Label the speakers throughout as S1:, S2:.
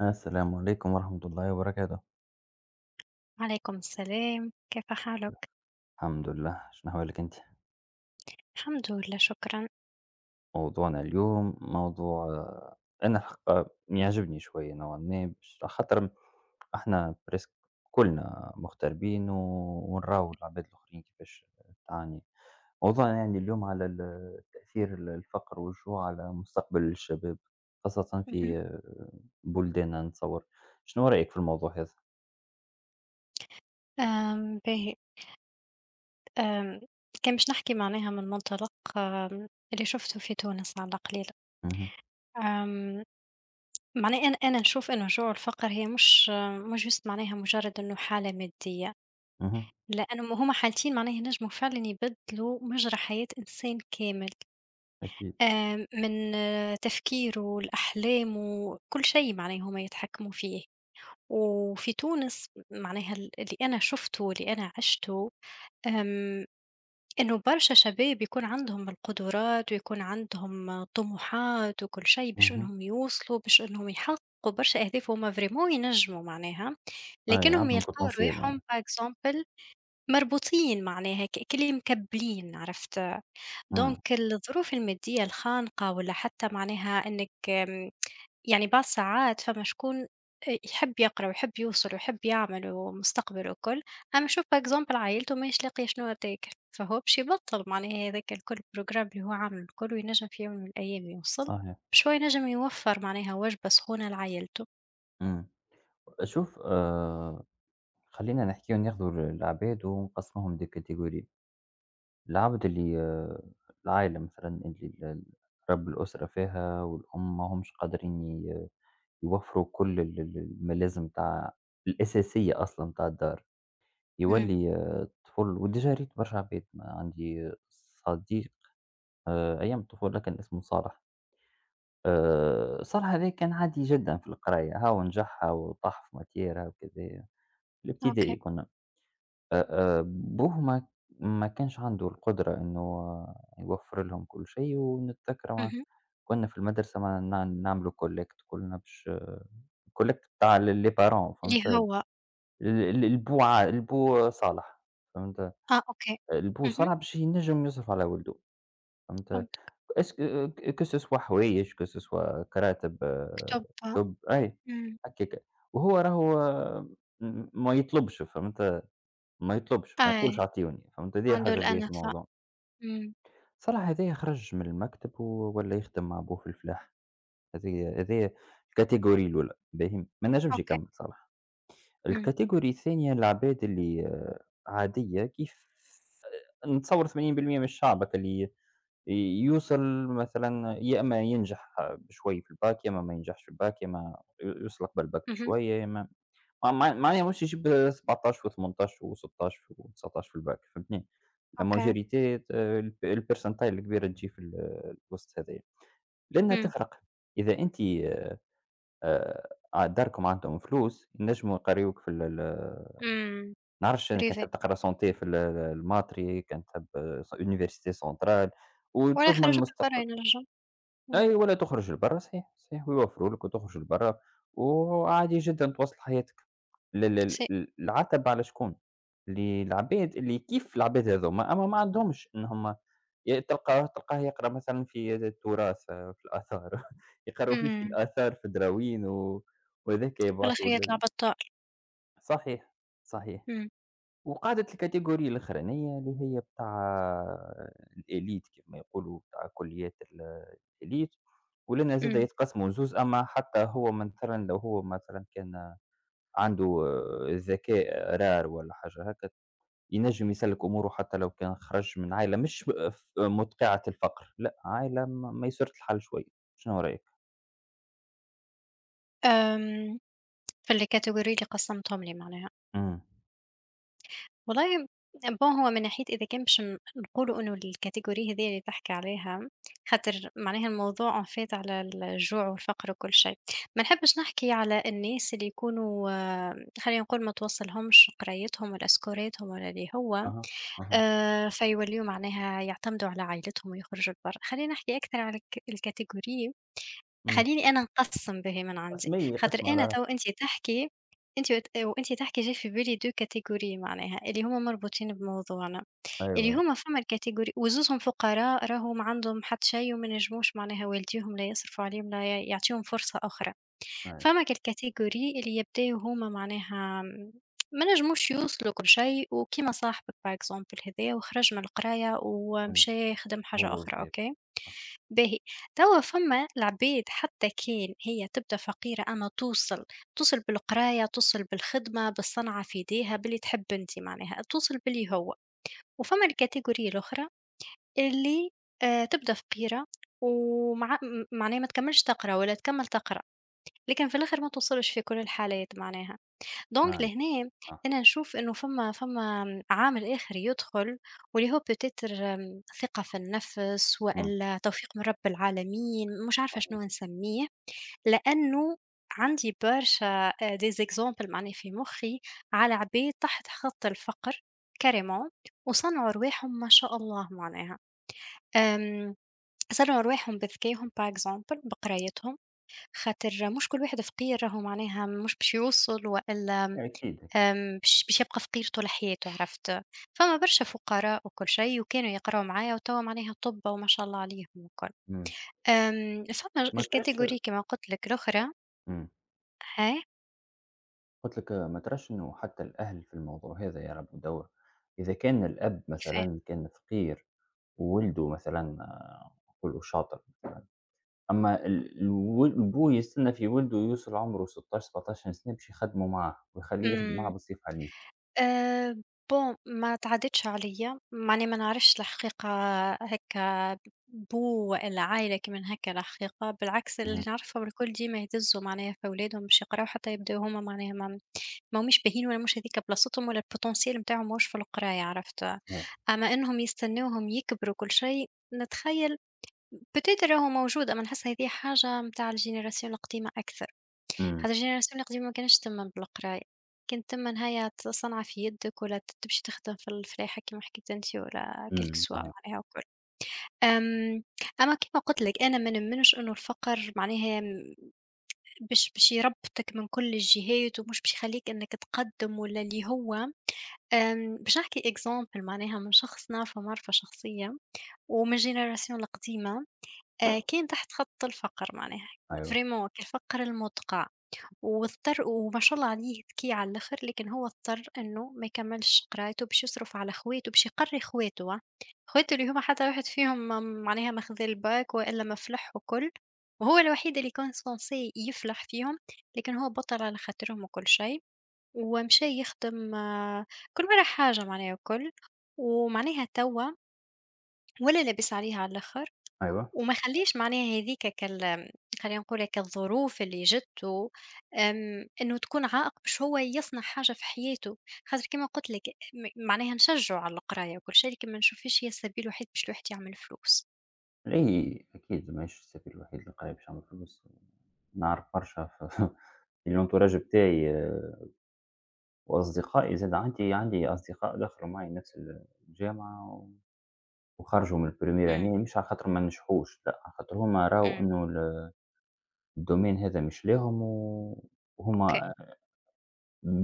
S1: السلام عليكم ورحمة الله وبركاته.
S2: عليكم السلام، كيف حالك؟
S1: الحمد لله، شنو أحوالك أنت؟
S2: الحمد لله شكرًا.
S1: موضوعنا اليوم موضوع أنا الحق يعجبني شوية نوعًا ما باش على خاطر إحنا بريسك كلنا مغتربين و- ونراو العباد الآخرين كيفاش تعاني. موضوعنا يعني اليوم على تأثير ال- الفقر والجوع على مستقبل الشباب خاصة
S2: اهم.
S1: في بلداننا نتصور. شنو رأيك في الموضوع هذا؟
S2: آمم باهي، آمم كان باش نحكي معناها من منطلق اللي شُفته في تونس على القليل.
S1: اهم.
S2: آمم معناه أنا نشوف إنه جوع الفقر هي مش just معناها مجرد إنه حالة مادية،
S1: اهم.
S2: لأنه هُم حالتين معناها ينجموا فعلًا يبدلوا مجرى حياة إنسان كامل،
S1: أكيد.
S2: من تفكيره لأحلامه، كل شيء معناها هُم يتحكموا فيه. وفي تونس معناها اللي أنا شُفته واللي أنا عِشته، آمم، إنه برشا شباب يكون عندهم القدرات ويكون عندهم طموحات وكل شيء باش
S1: اهم.
S2: إنهم يوصلوا، باش إنهم يحققوا برشا أهداف وهُم vraiment ينجموا معناها،
S1: أي،
S2: لكنهم
S1: عندهم
S2: يلقاو
S1: بوتنسيال
S2: رواحهم
S1: معناها.
S2: par exemple مربوطين معناها كلي مكبلين عرفت؟
S1: إمم.
S2: دونك الظروف المادية الخانقة ولا حتى معناها إنِّك يعني بعض الساعات فما شكون يحب يقرا ويحب يوصل ويحب يعمل ومستقبل والكل، أمّا شوف for example عايلته ماهيش لاقية شنوا تاكل، فهو باش يبطّل معناها هذاك الكل program اللي هو عامله الكل وينجم في يوم من الأيام يوصل،
S1: صحيح.
S2: بشوية ينجم يوفّر معناها وجبة سخونة لعايلته.
S1: إمم. شوف، خلّينا نحكيو ناخدو العباد ونقسموهم لcategory. العبد اللي العايلة مثلًا اللي ال ال رب الأسرة فيها والأم ما همش قادرين يوفّروا كل ال ال الملازم بتاع الأساسية أصلًا بتاع الدار،
S2: إمم،
S1: يولّي، الطفل، وديجا ريت برشا عباد. ما عندي صديق؟ أيام الطفولة كان اسمه صالح. صالح هذا كان عادي جدًا في القراية، هاو نجح هاو طاح في ماتيرة وكذا. الابتدائي
S2: أوكي،
S1: كنا. أبوه ما كانش عنده القدرة إنه، يوفّر لهم كل شيء، ونتذكر ما
S2: اهم،
S1: كنا في المدرسة ما نعملوا collect كلنا باش collect بتاع ل les parents،
S2: اللي
S1: فهمت؟ ال
S2: هو
S1: ال البو ع البو صالح، فهمت؟
S2: آه أوكي،
S1: البو
S2: اهم،
S1: صالح باش ينجم يصرف على ولده، فهمت؟
S2: فهمتك،
S1: اس ك que ce soit حوايج، que ce soit كراتب،
S2: كتب،
S1: كتب، أي
S2: إمم،
S1: هكاك. وهو راهو، آه، م ما يطلبش، فهمت؟ ما يطلبش، ما يقولش
S2: أي،
S1: أعطيوني، فهمت؟ هذه
S2: عنده
S1: الحاجة الباهية في
S2: الأنفة،
S1: الموضوع.
S2: إمم،
S1: صراحة هذايا خرج من المكتب و ولا يخدم مع أبوه في الفلاح. هذايا الcategory الأولى، باهي؟ ما نجمش
S2: أوكي.
S1: يكمّل صراحة.
S2: إمم،
S1: الcategory الثانية، العباد اللي، عادية، كيف نتصوّر 80% من الشعب هاكا، اللي يوصل مثلًا، يا إمّا ينجح بشوي في الباك، يا إمّا ما ينجحش في الباك، يا إمّا يوصل قبل الباك
S2: اهم،
S1: بشوية، يا إمّا مع مع معناها مش يجيب 17 و18 و16 و19 في الباك، فهمتني؟ la
S2: okay
S1: majorité، ت الب الpercentile الكبيرة تجي في الوسط هذايا، لأنها
S2: إمم،
S1: تفرق. إذا أنتِ، آآ داركم عندهم فلوس، ينجموا يقريوك في ال ال
S2: إمم،
S1: نعرفش، أنا كنت
S2: privé
S1: تحب تقرا santé في ال الماتري، كان تحب université centrale
S2: ولا
S1: وتضمن
S2: يخرّجوك لبرّا
S1: مستق.
S2: ينجم، إمم،
S1: أيوه، لا، تخرج لبرّا. صحيح، صحيح، ويوفّروا لك وتخرج لبرّا، وعادي جدًا تواصل حياتك. ال ال
S2: c'est
S1: ال العتب على شكون؟ للعباد اللي كيف العباد هاذوما، أما ما عندهمش. إن هُم تلقاه يقرا مثلًا في التراث، في الآثار يقروا فيه في
S2: إمم،
S1: الآثار في الدراوين وذاك
S2: في الآخر
S1: يبعثوا لل.
S2: يطلع بطّال،
S1: صحيح، صحيح.
S2: إمم،
S1: وقعدت الكاتيجوري الأخرانية، اللي هي بتاع الإليت كما يقولوا، بتاع كليات الإليت. ولنا زاد
S2: إمم،
S1: يتقسموا زوز. أما حتى هو مثلا، لو هو مثلا كان عنده، ذكاء رار ولا حاجة هكا، ينجم يسلك أموره، حتى لو كان خرج من عائلة مش مدقعة الفقر، لا عائلة ميسورة الحال شوية. شنو رأيك؟
S2: آمم، في الcategory اللي قسّمتهم لي معناها،
S1: امم.
S2: والله bon هو من ناحية إذا كان باش نقولوا إنه الcategory هاذيا اللي تحكي عليها، خاطر معناها الموضوع en fait على الجوع والفقر وكل شيء، ما نحبش نحكي على الناس اللي يكونوا خلّينا نقول ما توصلهمش قرايتهم ولا سكوراتهم ولا اللي هو
S1: أها. أها.
S2: فيولّيوا معناها يعتمدوا على عايلتهم ويخرجوا لبرّا، خلّيني نحكي أكثر على الcategory.
S1: امم
S2: خلّيني أنا نقسّم باهي من عندي،
S1: قسمي
S2: خاطر
S1: قسم
S2: أنا
S1: على.
S2: توا أنتِ تحكي أنتِ وت وأنتِ تحكي جا في بالي 2 category معناها، اللي هُم مربوطين بموضوعنا، اللي
S1: أيوه،
S2: هُم فما الcategory وزوزهم فقراء راهم عندهم حتى شي وما نجموش معناها والديهم لا يصرفوا عليهم لا يعطيهم فرصة أخرى.
S1: أيوه.
S2: فما كالكاتيجوري اللي يبداو هما معناها ما نجموش يوصلوا كل شيء وكيما صاحبك باغ اكزومبل هذايا وخرج من القرايه
S1: أمم.
S2: ومشى يخدم حاجه
S1: هو
S2: اخرى
S1: صغير.
S2: اوكي.
S1: أه،
S2: باهي، توا فما العبيد حتى كان هي تبدا فقيره اما توصل، توصل بالقرايه توصل بالخدمه بالصنعه في ايديها باللي تحب انت معناها توصل باللي هو. وفما الكاتيجوري الاخرى اللي تبدا فقيره ومع معناها ما تكملش تقرا ولا تكمل تقرا، لكن في الآخر ما توصلش في كل الحالات معناها، دونك لهنا
S1: أه،
S2: أنا نشوف إنه فما عامل آخر يدخل واللي هو peut-être ثقة في النفس
S1: أه.
S2: والا توفيق من رب العالمين، مش عارفة
S1: صحيح.
S2: شنو نسميه، لأنه عندي برشا des exemples معناها في مخي على عباد تحت خط الفقر carrément وصنعوا رواحهم ما شاء الله معناها، آمم، صنعوا رواحهم بذكائهم par exemple بقرايتهم. خاطر مش كل واحد فقير راهو معناها مش باش يوصل وإلا
S1: أكيد.
S2: باش يبقى فقير طول حياته عرفت، فما برشا فقراء وكل شيء وكانوا يقراو معايا وتوا معناها طُب وما شاء الله عليهم والكل،
S1: إمم.
S2: فما
S1: ما تراش.
S2: الcategory كما قُلت لك الأخرى.
S1: إمم.
S2: هاه
S1: قُلت لك، ما تراش إنه حتى الأهل في الموضوع هذا يلعبوا دور؟ إذا كان الأب
S2: كيفاه؟
S1: مثلًا كان فقير، وولده مثلًا، نقولوا شاطر، أما ال الو البو يستنى في ولده يوصل عمره 16، 17 سنة باش يخدموا معاه ويخليه يخدم معاه
S2: إمم.
S1: بالصيف عليه.
S2: آآ bon ما تعدِّتش عليَّ، معني ما نعرفش الحقيقة، هاكا بو والّا عائلة كي من هاكا الحقيقة، بالعكس اللي
S1: اهم.
S2: نعرفهم الكل ديما يدزّوا معناها في ولادهم باش يقراو حتى يبداو هُم معناها ما ماهمش باهين ولا مش هاذيك بلاصتهم ولا الpotentiel نتاعهم ماهوش في القراية عرفت،
S1: إيه.
S2: أما إنهم يستناوهم يكبروا وكل شي نتخيّل peut être راهو موجود، أما نحس هاذي حاجة نتاع الgeneration القديمة أكثر.
S1: إمم.
S2: خاطر الجينيراسيون اللي قديمة ما كانش تمن بالقراية، كانت تمن هيا صنعة في يدك ولا تمشي تخدم في الفلاحة كيما حكيت أنتِ ولا كلك
S1: إمم.
S2: سوا
S1: صحيح.
S2: معناها وكل. آمم، أما كيما قُلت لك أنا ما نؤمنش إنه الفقر معناها باش يربطك من كل الجهات ومش باش يخلّيك إنك تقدّم ولا اللي هو باش نحكي example معناها من شخص نعرفه معرفة شخصية ومن الجينيراسيون القديمة كان تحت خط الفقر معناها،
S1: أيوه.
S2: vraiment كالفقر المدقع. واضطر وما شاء الله عليه ذكي على الآخر، لكن هو اضطر إنه ما يكمّلش قرايته باش يصرف على خواتو، باش يقرّي خواتو خواتو اللي هُم حتى واحد فيهم معناها ما خذا الباك وإلا ما فلح والكل، وهو الوحيد اللي كان censé يفلح فيهم، لكن هو بطّل على خاطرهم وكل شيء، ومشى يخدم كل مرة حاجة معناها وكل، ومعناها توا ولا لابس عليه على الآخر.
S1: أيوه.
S2: وما خلّيش معناها هاذيك خلّينا نقولوا كالظروف اللي جَتّو إنه تكون عائق باش هو يصنع حاجة في حياته، خاطر كيما قُلت لك معناها نشجّعوا على القراية وكل شيء، لكن ما نشوفش هي السبيل الوحيد باش الواحد يعمل فلوس.
S1: أي، أكيد ماهيش السبيل الوحيد للقراية باش تعمل فلوس. نعرف برشا في في الentourage بتاعي، وأصدقائي زاد، عندي أصدقاء دخلوا معي نفس الجامعة، و وخرجوا من الpremière
S2: إمم،
S1: année، مش على خاطر ما نجحوش، لأ، على خاطر هُم راوا
S2: إمم،
S1: إنه الdomain هذا مش ليهم، و وهُم
S2: أوكي.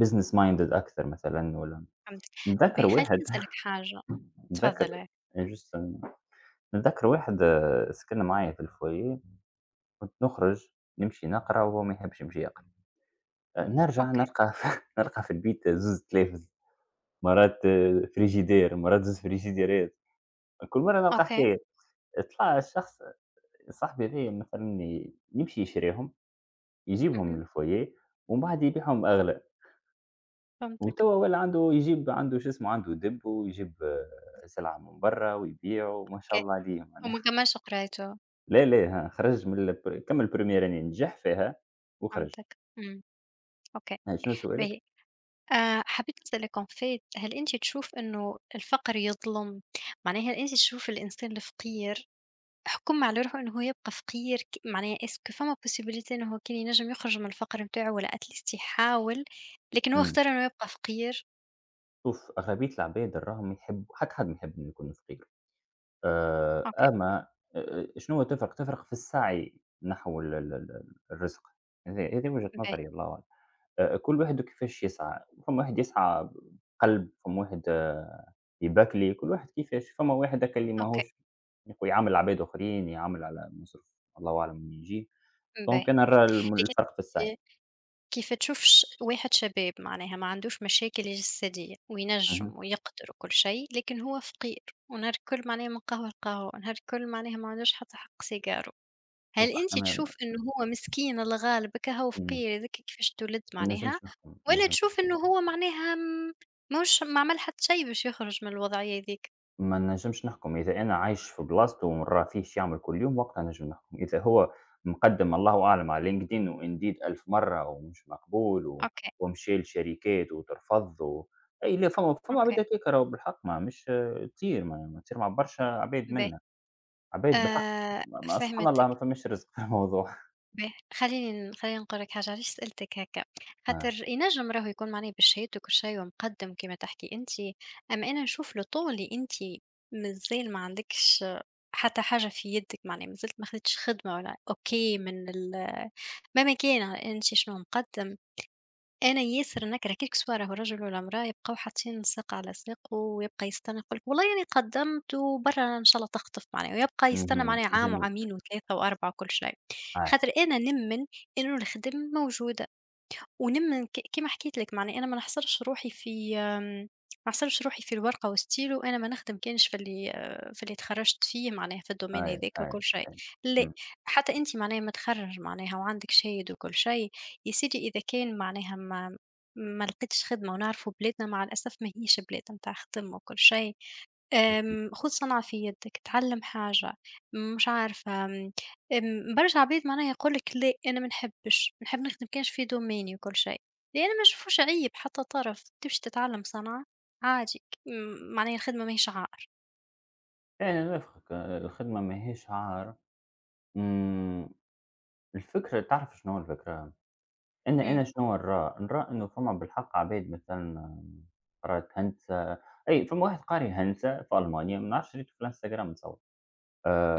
S1: business minded أكثر مثلًا، والّا.
S2: فهمتِك.
S1: نتذكر
S2: باهي خلّيني
S1: واحد
S2: نسألك حاجة.
S1: نتذكر
S2: اتفضّل إيه.
S1: just نتذكر واحد، سكن معايا في الfoyer. كنت نخرج نمشي نقرا، وهو ما يحبش يمشي يقرا. نرجع
S2: أوكي،
S1: نلقى نلقى في البيت زوز تلافز، مرات frigidaire، مرات زوز فريجيديرات. كل مرة نلقى
S2: أوكي،
S1: حكاية. طلع الشخص صاحبي هذايا، مثلًا يمشي يشريهم، يجيبهم
S2: اهم،
S1: للفوييه ومن بعد يبيعهم أغلى.
S2: فهمتك،
S1: وتوا ولا عنده، يجيب عنده، شو اسمه، عنده دِب، ويجيب، سلعة من برّا ويبيع، وما شاء
S2: أوكي.
S1: الله عليه معناها.
S2: وما كمّلش قرايته،
S1: لا، لا. ها خرج من كمّل 1ر année، نجح فيها وخرج.
S2: فهمتك، إمم، أوكي،
S1: ها شنو سؤالك؟
S2: باهي. حبيت أسألِك عن فايد، هل أنتِ تشوف إنه الفقر يظلم؟ معناها هل أنتِ تشوف الإنسان الفقير حكم على روحه إنه هو يبقى فقير معناها اسكو فما possibility إنه هو كان ينجم يخرج من الفقر نتاعو والّا at least يحاول، لكن هو
S1: إمم.
S2: اختار إنه يبقى فقير؟
S1: شوف، أغلبية العباد راهم يحبوا. حتى حد ما يحب إنه يكون فقير.
S2: أوكي،
S1: أما، أ أ شنو تفرق؟ تفرق في السعي نحو ال الرزق. هذه وجهة
S2: باهي،
S1: نظري، الله أعلم. كل واحد وكيفاش يسعى. فما واحد يسعى بقلب، فما واحد، يبكلي، كل واحد كيفاش. فما واحد هاكا اللي
S2: أوكي،
S1: ماهوش يعامل عباد آخرين، يعامل على مصروف الله أعلم منين يجيه.
S2: باهي،
S1: دونك أنا نرى
S2: لكن
S1: الفرق في السعي.
S2: أنتِ كيف تشوف واحد شباب معناها ما عندوش مشاكل جسدية
S1: اهم.
S2: وينجم ويقدر وكل شيء، لكن هو فقير ونهار الكل معناها من قهوة لقهوة، نهار الكل معناها ما عندوش حتى حق سيجارة. هل
S1: شوف، إحنا
S2: أنتِ تشوف إنه هو مسكين الله غالبك هاو
S1: إمم،
S2: فقير هذاك كيفاش تولد
S1: ما
S2: معناها،
S1: نجمش نحكم، ما
S2: والّا
S1: نجمش.
S2: تشوف إنه هو معناها ماهوش ما عمل حتى شي باش يخرج من الوضعية هاذيك؟
S1: ما نجمش نحكم. إذا أنا عايش في بلاصته وما نرافيهش يعمل كل يوم، وقتها نجم نحكم. إذا هو مقدم الله أعلم على LinkedIn وIndeed 1000 مرّة ومش مقبول، و
S2: أوكي،
S1: ومشى لشركات وترفض، و أي لا، فما عباد
S2: أوكي،
S1: هكاكا، راهو بالحق ما مش تصير. ما تصير مع برشا عباد
S2: باهي،
S1: منا، عباد بالحق
S2: آآ
S1: سبحان الله،
S2: فهمتِك.
S1: ما فماش رزق في الموضوع.
S2: باهي، خلّيني نقول لك حاجة، علاش سألتك هاكا،
S1: آه.
S2: خاطر ينجم راهو يكون معناه بالشهادة وكل شي ومقدّم كيما تحكي أنتِ، أما أنا نشوف le temps اللي أنتِ مازال ما عندكش حتى حاجة في يدِك معناه ما زلت ما خديتش خدمة ولا أوكي من مهما كان أنتِ شنو مقدّم. أنا ياسر نكره كيك سوا راهو رجل ولا امرأة يبقاو حاطين ساق على ساق ويبقى يستنى يقول لك والله راني قدمت وبرا إن شاء الله تخطف معناها، ويبقى يستنى
S1: اهم.
S2: معناها عام
S1: جميل.
S2: وعامين و3 و4 وكل شيء،
S1: أي،
S2: خاطر أنا نمن إنه الخدم موجودة. ونمن كيما حكيت لك معناه أنا ما نحصرش روحي في آمم، ما نحصرش روحي في الورقة وستيلو، أنا ما نخدمكانش في اللي في اللي تخرّجت فيه معناها في الdomain
S1: أي،
S2: هاذاك
S1: أي،
S2: وكل شيء،
S1: أي.
S2: لأ،
S1: إمم.
S2: حتى أنت معناها متخرّج معناها وعندك شهادة وكل شيء، يا سيدي إذا كان معناها ما لقيتش خدمة ونعرفوا بلادنا مع الأسف ما هيش بلاد متاع خدمة وكل شيء.
S1: أكيد.
S2: خُذ صنعة في يدك، اتعلّم حاجة، مش عارفة برشا عباد معناها يقول لك لأ أنا ما نحبش، نحب نخدم كان في دوميني وكل شيء، لأن ما نشوفوش عيب حتى طرف، تمشي تتعلّم صنعة عادي ك م معناها الخدمة ماهيش عار.
S1: يعني أنا نوافقك، الخدمة ماهيش عار. إمم. الفكرة، تعرف شنو هو الفكرة؟ إن
S2: إمم،
S1: أنا شنو نرى؟ نرى إنه فما بالحق عباد مثلًا قرات هندسة. أي، فما واحد قاري هندسة في ألمانيا، ما نعرفش، شريته في الإنستجرام نتصور،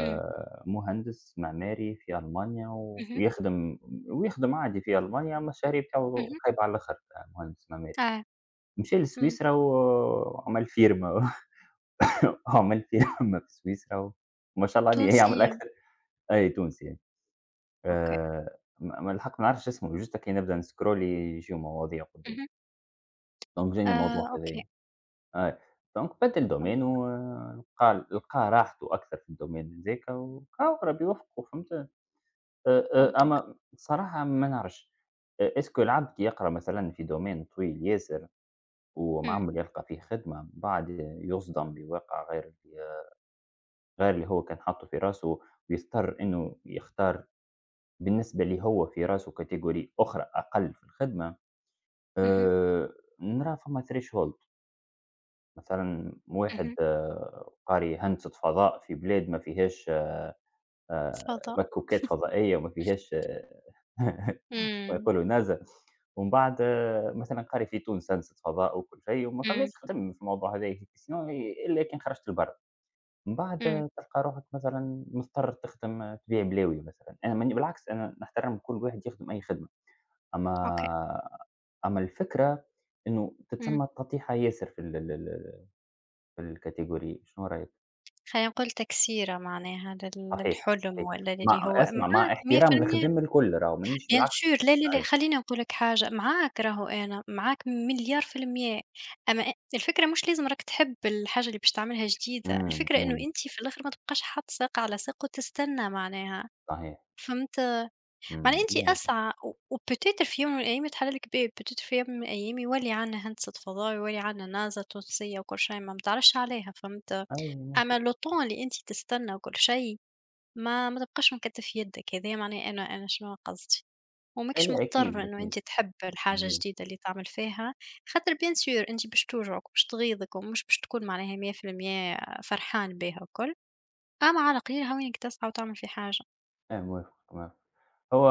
S2: إمم،
S1: مهندس معماري في ألمانيا
S2: اهم،
S1: ويخدم عادي في ألمانيا، أمّا الشهرية بتاعه
S2: اهم،
S1: خايبة على الآخر. مهندس معماري،
S2: آه،
S1: مشى
S2: إمم،
S1: لسويسرا و- وعمل فيرما وعمل فيرما في سويسرا، وما شاء الله عليه
S2: تونسي
S1: يعمل أكثر. أي تونسي. يعني.
S2: أوكي،
S1: آآ ما الحق ما نعرفش اسمه، juste كي نبدأ نscroll يجيو مواضيع قدامي،
S2: اهم،
S1: دونك جاني
S2: آه،
S1: الموضوع
S2: أوكي،
S1: هذايا. أي، دونك بدل
S2: فهمت
S1: domain، و لقى لقى راحته أكثر في الdomain هذاك، وهاو ربي يوفقه، فهمت؟
S2: فهمتك،
S1: أما الصراحة ما نعرفش. Est ce que العبد يقرا مثلًا في domain طويل ياسر،
S2: إمم،
S1: ومعمّر يلقى فيه خدمة، بعد يصدم بواقع غير اللي هو كان حاطه في راسه، ويضطر إنه يختار، بالنسبة ليه هو في راسه category أخرى أقل في الخدمة.
S2: اهم،
S1: آآ، نرى فما threshold. مثلًا واحد،
S2: اهم،
S1: قاري هندسة فضاء في بلاد ما فيهاش،
S2: تفضل،
S1: مكوكات فضائية، وما فيهاش، كما
S2: إمم،
S1: يقولوا نازا. ومن بعد، مثلًا قاري في تونس هندسة فضاء وكل شيء، وما فماش
S2: إمم،
S1: خدم في الموضوع هذايا، sinon إلا كان خرجت لبرا. من بعد،
S2: إمم،
S1: تلقى روحك مثلًا مضطر تخدم، تبيع بلاوي مثلًا. أنا ماني بالعكس، أنا نحترم كل واحد يخدم أي خدمة.
S2: أوكي،
S1: أما، أما الفكرة إنه
S2: إمم.
S1: تتسمّى تطيحة ياسر في ال ال ال في الcategory، شنو رأيك؟
S2: خلّينا نقول تكسيرة معناها لل
S1: صحيح،
S2: للحلم
S1: صحيح.
S2: والّا للي هو
S1: اسمع،
S2: معاك
S1: مع احترام
S2: 100%.
S1: الخدم الكل راهو، مانيش
S2: Bien
S1: بالعكس.
S2: sûr لا، لا، لا
S1: صحيح.
S2: خلّيني نقول لك حاجة، معاك راهو أنا، معاك مليار في المِيّة، أما الفكرة مش لازم راك تحب الحاجة اللي باش تعملها جديدة،
S1: إمم،
S2: الفكرة إنه
S1: إمم،
S2: أنتِ في الآخر ما تبقاش حاط ساق على ساق وتستنى معناها،
S1: صحيح.
S2: فهمت؟ معناها
S1: إمم.
S2: أنتِ
S1: لا، لا.
S2: أسعى و وPeutêtre في يوم من الأيام يتحل لك باب، Peut-être في يوم من الأيام يولي عندنا هندسة فضاء، يولي عندنا NASA تونسية وكل شي ما ما تعرفش عليها، فهمت؟
S1: أي، موافق.
S2: أما le temps اللي أنتِ تستنى وكل شي ما تبقاش مكتّف في يدك، هذايا معناه أنا شنو قصدي، وماكش
S1: لا،
S2: مضطر
S1: أكيد،
S2: إنه
S1: أكيد.
S2: أنت تحب الحاجة
S1: أكيد.
S2: الجديدة اللي تعمل فيها، خاطر bien sûr أنت باش توجعك وباش تغيظك ومش باش تكون معناها 100% فرحان بيها الكل، أما على القليل هاوينك تسعى وتعمل في حاجة،
S1: موافق، موافق. هو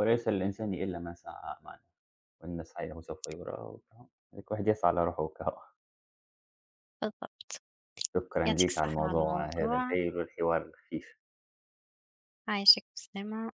S1: "وليس للإنسان إلا ما سعى"، معناه "وإن سعيه سوف يُرَى". هاك واحد يسعى على روحه وكا هو.
S2: بالضبط،
S1: شكرًا
S2: يعطيك
S1: ليك على
S2: الصحة على
S1: الموضوع هذا
S2: الموضوع،
S1: الهايل والحوار الخفيف.
S2: عايشك بالسلامة.